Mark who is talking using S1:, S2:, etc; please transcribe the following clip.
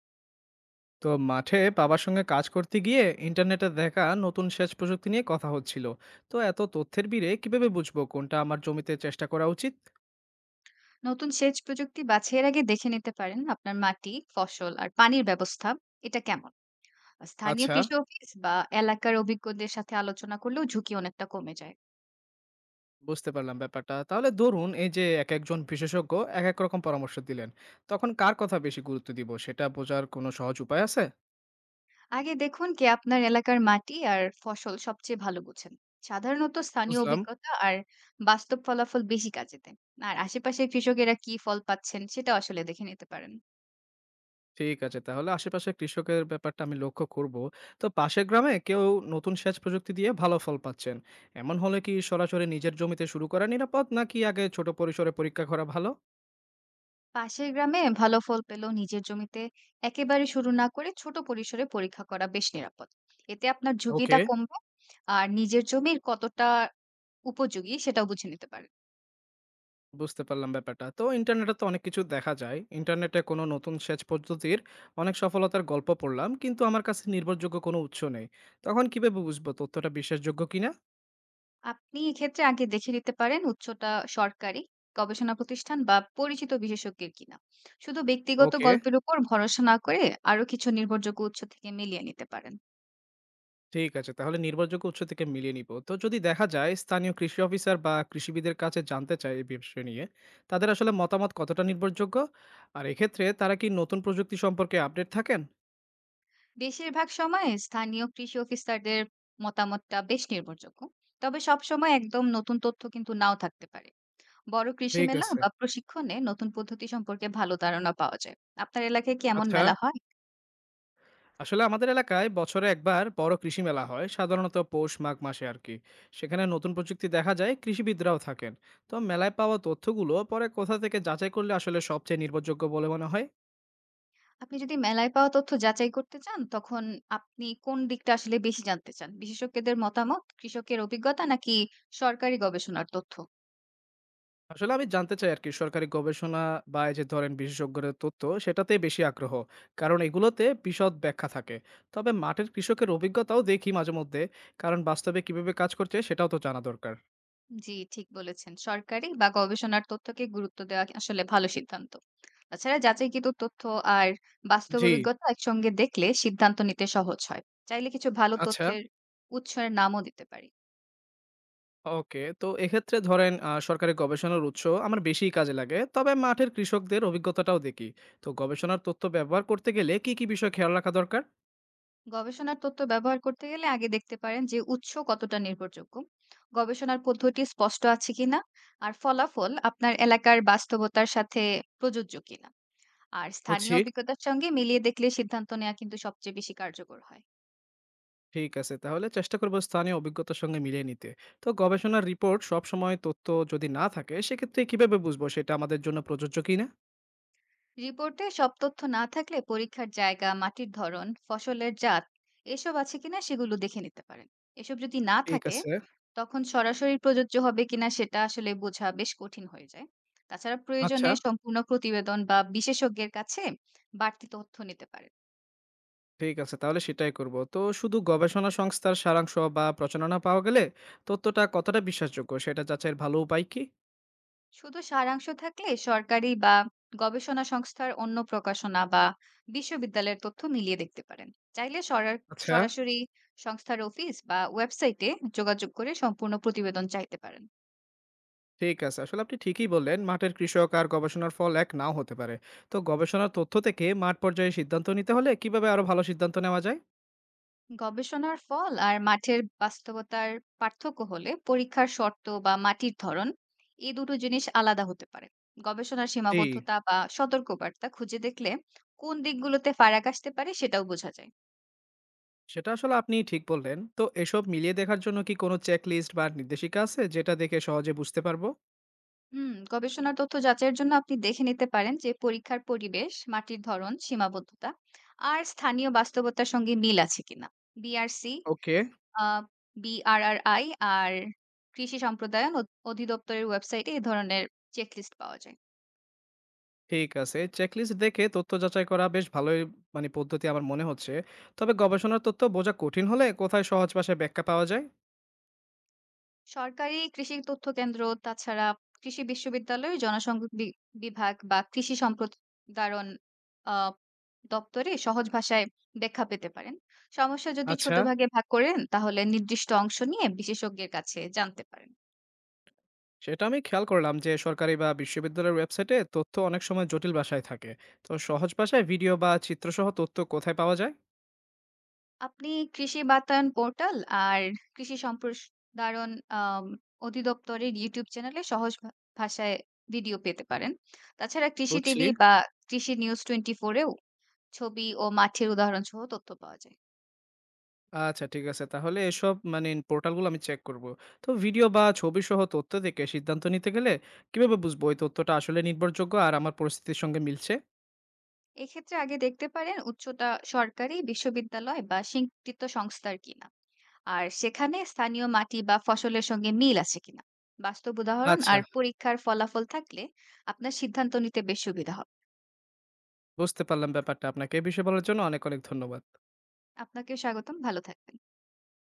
S1: তো মাঠে বাবার সঙ্গে কাজ করতে গিয়ে ইন্টারনেটে দেখা নতুন সেচ প্রযুক্তি নিয়ে কথা হচ্ছিল। তো এত তথ্যের ভিড়ে কিভাবে বুঝবো কোনটা আমার জমিতে চেষ্টা করা উচিত?
S2: নতুন সেচ প্রযুক্তি বাছাইয়ের আগে দেখে নিতে পারেন আপনার মাটি, ফসল আর পানির ব্যবস্থা এটা কেমন। স্থানীয়
S1: আচ্ছা,
S2: কৃষি অফিস বা এলাকার অভিজ্ঞদের সাথে আলোচনা করলেও ঝুঁকি অনেকটা কমে যায়।
S1: বুঝতে পারলাম ব্যাপারটা। তাহলে ধরুন এই যে এক একজন বিশেষজ্ঞ এক এক রকম পরামর্শ দিলেন, তখন কার কথা বেশি গুরুত্ব দিব সেটা বোঝার কোনো সহজ উপায় আছে?
S2: আগে দেখুন কে আপনার এলাকার মাটি আর ফসল সবচেয়ে ভালো বোঝেন। সাধারণত স্থানীয়
S1: বুঝলাম।
S2: অভিজ্ঞতা আর বাস্তব ফলাফল বেশি কাজে দেয়। আর আশেপাশের কৃষকেরা কি ফল পাচ্ছেন সেটা আসলে দেখে নিতে পারেন।
S1: ঠিক আছে, তাহলে আশেপাশে কৃষকের ব্যাপারটা আমি লক্ষ্য করব। তো পাশের গ্রামে কেউ নতুন সেচ প্রযুক্তি দিয়ে ভালো ফল পাচ্ছেন, এমন হলে কি সরাসরি নিজের জমিতে শুরু করা নিরাপদ, নাকি আগে ছোট পরিসরে পরীক্ষা করা ভালো?
S2: পাশের গ্রামে ভালো ফল পেলেও নিজের জমিতে একেবারে শুরু না করে ছোট পরিসরে পরীক্ষা করা বেশ নিরাপদ। এতে আপনার
S1: ওকে,
S2: ঝুঁকিটা কমবে আর নিজের জমির কতটা উপযোগী সেটাও বুঝে নিতে পারেন।
S1: বুঝতে পারলাম ব্যাপারটা। তো ইন্টারনেটে তো অনেক কিছু দেখা যায়। ইন্টারনেটে কোনো নতুন সেচ পদ্ধতির অনেক সফলতার গল্প পড়লাম, কিন্তু আমার কাছে নির্ভরযোগ্য কোনো উৎস নেই। তখন কিভাবে বুঝবো তথ্যটা বিশ্বাসযোগ্য কিনা?
S2: আপনি এক্ষেত্রে আগে দেখে নিতে পারেন উৎসটা সরকারি গবেষণা প্রতিষ্ঠান বা পরিচিত বিশেষজ্ঞের কিনা। শুধু ব্যক্তিগত
S1: ওকে।
S2: গল্পের উপর ভরসা না করে আরো কিছু নির্ভরযোগ্য উৎস থেকে মিলিয়ে নিতে পারেন।
S1: ঠিক আছে, তাহলে নির্ভরযোগ্য উৎস থেকে মিলিয়ে নিব। তো যদি দেখা যায় স্থানীয় কৃষি অফিসার বা কৃষিবিদের কাছে জানতে চাই এই বিষয় নিয়ে, তাদের আসলে মতামত কতটা নির্ভরযোগ্য, আর এক্ষেত্রে তারা কি নতুন প্রযুক্তি সম্পর্কে আপডেট থাকেন?
S2: বেশিরভাগ সময়ে স্থানীয় কৃষি অফিসারদের মতামতটা বেশ নির্ভরযোগ্য, তবে সব সময় একদম নতুন তথ্য কিন্তু নাও থাকতে পারে। বড় কৃষি
S1: ঠিক
S2: মেলা
S1: আছে।
S2: বা প্রশিক্ষণে নতুন পদ্ধতি সম্পর্কে ভালো ধারণা পাওয়া যায়। আপনার এলাকায় কি এমন
S1: আচ্ছা,
S2: মেলা হয়?
S1: আসলে আমাদের এলাকায় বছরে একবার বড় কৃষি মেলা হয়, সাধারণত পৌষ মাঘ মাসে আর কি। সেখানে নতুন প্রযুক্তি দেখা যায়, কৃষিবিদরাও থাকেন। তো মেলায় পাওয়া তথ্যগুলো পরে কোথা থেকে যাচাই করলে আসলে সবচেয়ে নির্ভরযোগ্য বলে মনে হয়?
S2: আপনি যদি মেলায় পাওয়া তথ্য যাচাই করতে চান, তখন আপনি কোন দিকটা আসলে বেশি জানতে চান, বিশেষজ্ঞদের মতামত, কৃষকের অভিজ্ঞতা নাকি সরকারি গবেষণার তথ্য?
S1: আসলে আমি জানতে চাই আরকি সরকারি গবেষণা বা এই যে ধরেন বিশেষজ্ঞদের তথ্য, সেটাতেই বেশি আগ্রহ। কারণ এগুলোতে বিশদ ব্যাখ্যা থাকে। তবে মাঠের কৃষকের অভিজ্ঞতাও দেখি মাঝে মধ্যে। কারণ বাস্তবে কিভাবে কাজ করছে সেটাও তো জানা দরকার।
S2: জি, ঠিক বলেছেন। সরকারি বা গবেষণার তথ্যকে গুরুত্ব দেওয়া আসলে ভালো সিদ্ধান্ত। তাছাড়া যাচাইকৃত তথ্য আর বাস্তব
S1: জি,
S2: অভিজ্ঞতা একসঙ্গে দেখলে সিদ্ধান্ত নিতে সহজ হয়। চাইলে কিছু ভালো
S1: আচ্ছা।
S2: তথ্যের উৎসের নামও দিতে পারি।
S1: ওকে। তো এক্ষেত্রে ধরেন সরকারি গবেষণার উৎস আমার বেশিই কাজে লাগে। তবে মাঠের কৃষকদের অভিজ্ঞতাটাও দেখি। তো গবেষণার তথ্য ব্যবহার করতে গেলে কী, কী বিষয় খেয়াল রাখা দরকার?
S2: গবেষণার তথ্য ব্যবহার করতে গেলে আগে দেখতে পারেন যে উৎস কতটা নির্ভরযোগ্য, গবেষণার পদ্ধতি স্পষ্ট আছে কিনা, আর ফলাফল আপনার এলাকার বাস্তবতার সাথে প্রযোজ্য কিনা। আর স্থানীয়
S1: বুঝছি।
S2: অভিজ্ঞতার সঙ্গে মিলিয়ে দেখলে সিদ্ধান্ত নেওয়া কিন্তু সবচেয়ে বেশি কার্যকর হয়।
S1: ঠিক আছে, তাহলে চেষ্টা করব স্থানীয় অভিজ্ঞতার সঙ্গে মিলিয়ে নিতে। তো গবেষণার রিপোর্ট সব সময় তথ্য যদি না থাকে, সেক্ষেত্রে কিভাবে বুঝবো সেটা আমাদের জন্য প্রযোজ্য কিনা?
S2: রিপোর্টে সব তথ্য না থাকলে পরীক্ষার জায়গা, মাটির ধরন, ফসলের জাত এসব আছে কিনা সেগুলো দেখে নিতে পারেন। এসব যদি না
S1: ঠিক
S2: থাকে
S1: আছে।
S2: তখন সরাসরি প্রযোজ্য হবে কিনা সেটা আসলে বোঝা বেশ কঠিন হয়ে যায়। তাছাড়া
S1: আচ্ছা,
S2: প্রয়োজনে সম্পূর্ণ প্রতিবেদন বা বিশেষজ্ঞের কাছে বাড়তি তথ্য নিতে পারেন।
S1: ঠিক আছে, তাহলে সেটাই করব। তো শুধু গবেষণা সংস্থার সারাংশ বা প্রচারণা পাওয়া গেলে তথ্যটা কতটা বিশ্বাসযোগ্য, সেটা যাচাইয়ের ভালো উপায় কি?
S2: শুধু সারাংশ থাকলে সরকারি বা গবেষণা সংস্থার অন্য প্রকাশনা বা বিশ্ববিদ্যালয়ের তথ্য মিলিয়ে দেখতে পারেন। চাইলে
S1: আচ্ছা।
S2: সরাসরি সংস্থার অফিস বা ওয়েবসাইটে যোগাযোগ করে সম্পূর্ণ প্রতিবেদন চাইতে পারেন।
S1: ঠিক আছে, আসলে আপনি ঠিকই বললেন মাঠের কৃষক আর গবেষণার ফল এক নাও হতে পারে। তো গবেষণার তথ্য থেকে মাঠ পর্যায়ে সিদ্ধান্ত নিতে হলে কিভাবে আরো ভালো সিদ্ধান্ত নেওয়া যায়?
S2: গবেষণার ফল আর মাঠের বাস্তবতার পার্থক্য হলে পরীক্ষার শর্ত বা মাটির ধরন এই দুটো জিনিস আলাদা হতে পারে। গবেষণার
S1: জি।
S2: সীমাবদ্ধতা বা সতর্কবার্তা খুঁজে দেখলে কোন দিকগুলোতে ফারাক আসতে পারে সেটাও বোঝা যায়।
S1: সেটা আসলে আপনি ঠিক বললেন। তো এসব মিলিয়ে দেখার জন্য কি কোনো চেকলিস্ট বা নির্দেশিকা আছে যেটা দেখে সহজে বুঝতে পারবো?
S2: হুম, গবেষণার তথ্য যাচাইয়ের জন্য আপনি দেখে নিতে পারেন যে পরীক্ষার পরিবেশ, মাটির ধরন, সীমাবদ্ধতা আর স্থানীয় বাস্তবতার সঙ্গে মিল আছে কিনা। বিআরসি,
S1: ওকে,
S2: আহ, বিআরআরআই আর কৃষি সম্প্রদায়ন অধিদপ্তরের ওয়েবসাইটে এই ধরনের চেকলিস্ট পাওয়া যায়।
S1: ঠিক আছে। চেকলিস্ট দেখে তথ্য যাচাই করা বেশ ভালোই মানে পদ্ধতি আমার মনে হচ্ছে। তবে গবেষণার তথ্য বোঝা কঠিন হলে কোথায় সহজ ভাষায় ব্যাখ্যা পাওয়া যায়?
S2: সরকারি কৃষি তথ্য কেন্দ্র, তাছাড়া কৃষি বিশ্ববিদ্যালয় জনসংযোগ বিভাগ বা কৃষি সম্প্রদায়ন দপ্তরে সহজ ভাষায় ব্যাখ্যা পেতে পারেন। সমস্যা যদি
S1: আচ্ছা,
S2: ছোট ভাগে ভাগ করেন তাহলে নির্দিষ্ট অংশ নিয়ে বিশেষজ্ঞের কাছে জানতে পারেন।
S1: সেটা আমি খেয়াল করলাম যে সরকারি বা বিশ্ববিদ্যালয়ের ওয়েবসাইটে তথ্য অনেক সময় জটিল ভাষায় থাকে। তো সহজ ভাষায় ভিডিও বা চিত্রসহ তথ্য কোথায় পাওয়া যায়?
S2: আপনি কৃষি বাতায়ন পোর্টাল আর কৃষি সম্প্রসারণ আম অধিদপ্তরের YouTube চ্যানেলে সহজ ভাষায় ভিডিও পেতে পারেন। তাছাড়া কৃষি
S1: বুঝছি।
S2: টিভি বা কৃষি নিউজ 24 এও ছবি ও মাঠের উদাহরণ সহ তথ্য পাওয়া যায়।
S1: আচ্ছা, ঠিক আছে। তাহলে এসব মানে পোর্টালগুলো আমি চেক করব। তো ভিডিও বা ছবিসহ তথ্য দেখে সিদ্ধান্ত নিতে গেলে কিভাবে বুঝবো এই তথ্যটা আসলে নির্ভরযোগ্য আর আমার পরিস্থিতির সঙ্গে মিলছে?
S2: এক্ষেত্রে আগে দেখতে পারেন উচ্চতা সরকারি বিশ্ববিদ্যালয় বা স্বীকৃত সংস্থার কিনা, আর সেখানে স্থানীয় মাটি বা ফসলের সঙ্গে মিল আছে কিনা। বাস্তব উদাহরণ
S1: আচ্ছা,
S2: আর পরীক্ষার ফলাফল থাকলে আপনার সিদ্ধান্ত নিতে বেশ সুবিধা হবে।
S1: বুঝতে পারলাম ব্যাপারটা। আপনাকে এ বিষয়ে বলার জন্য অনেক, অনেক ধন্যবাদ।
S2: আপনাকে স্বাগতম, ভালো থাকবেন।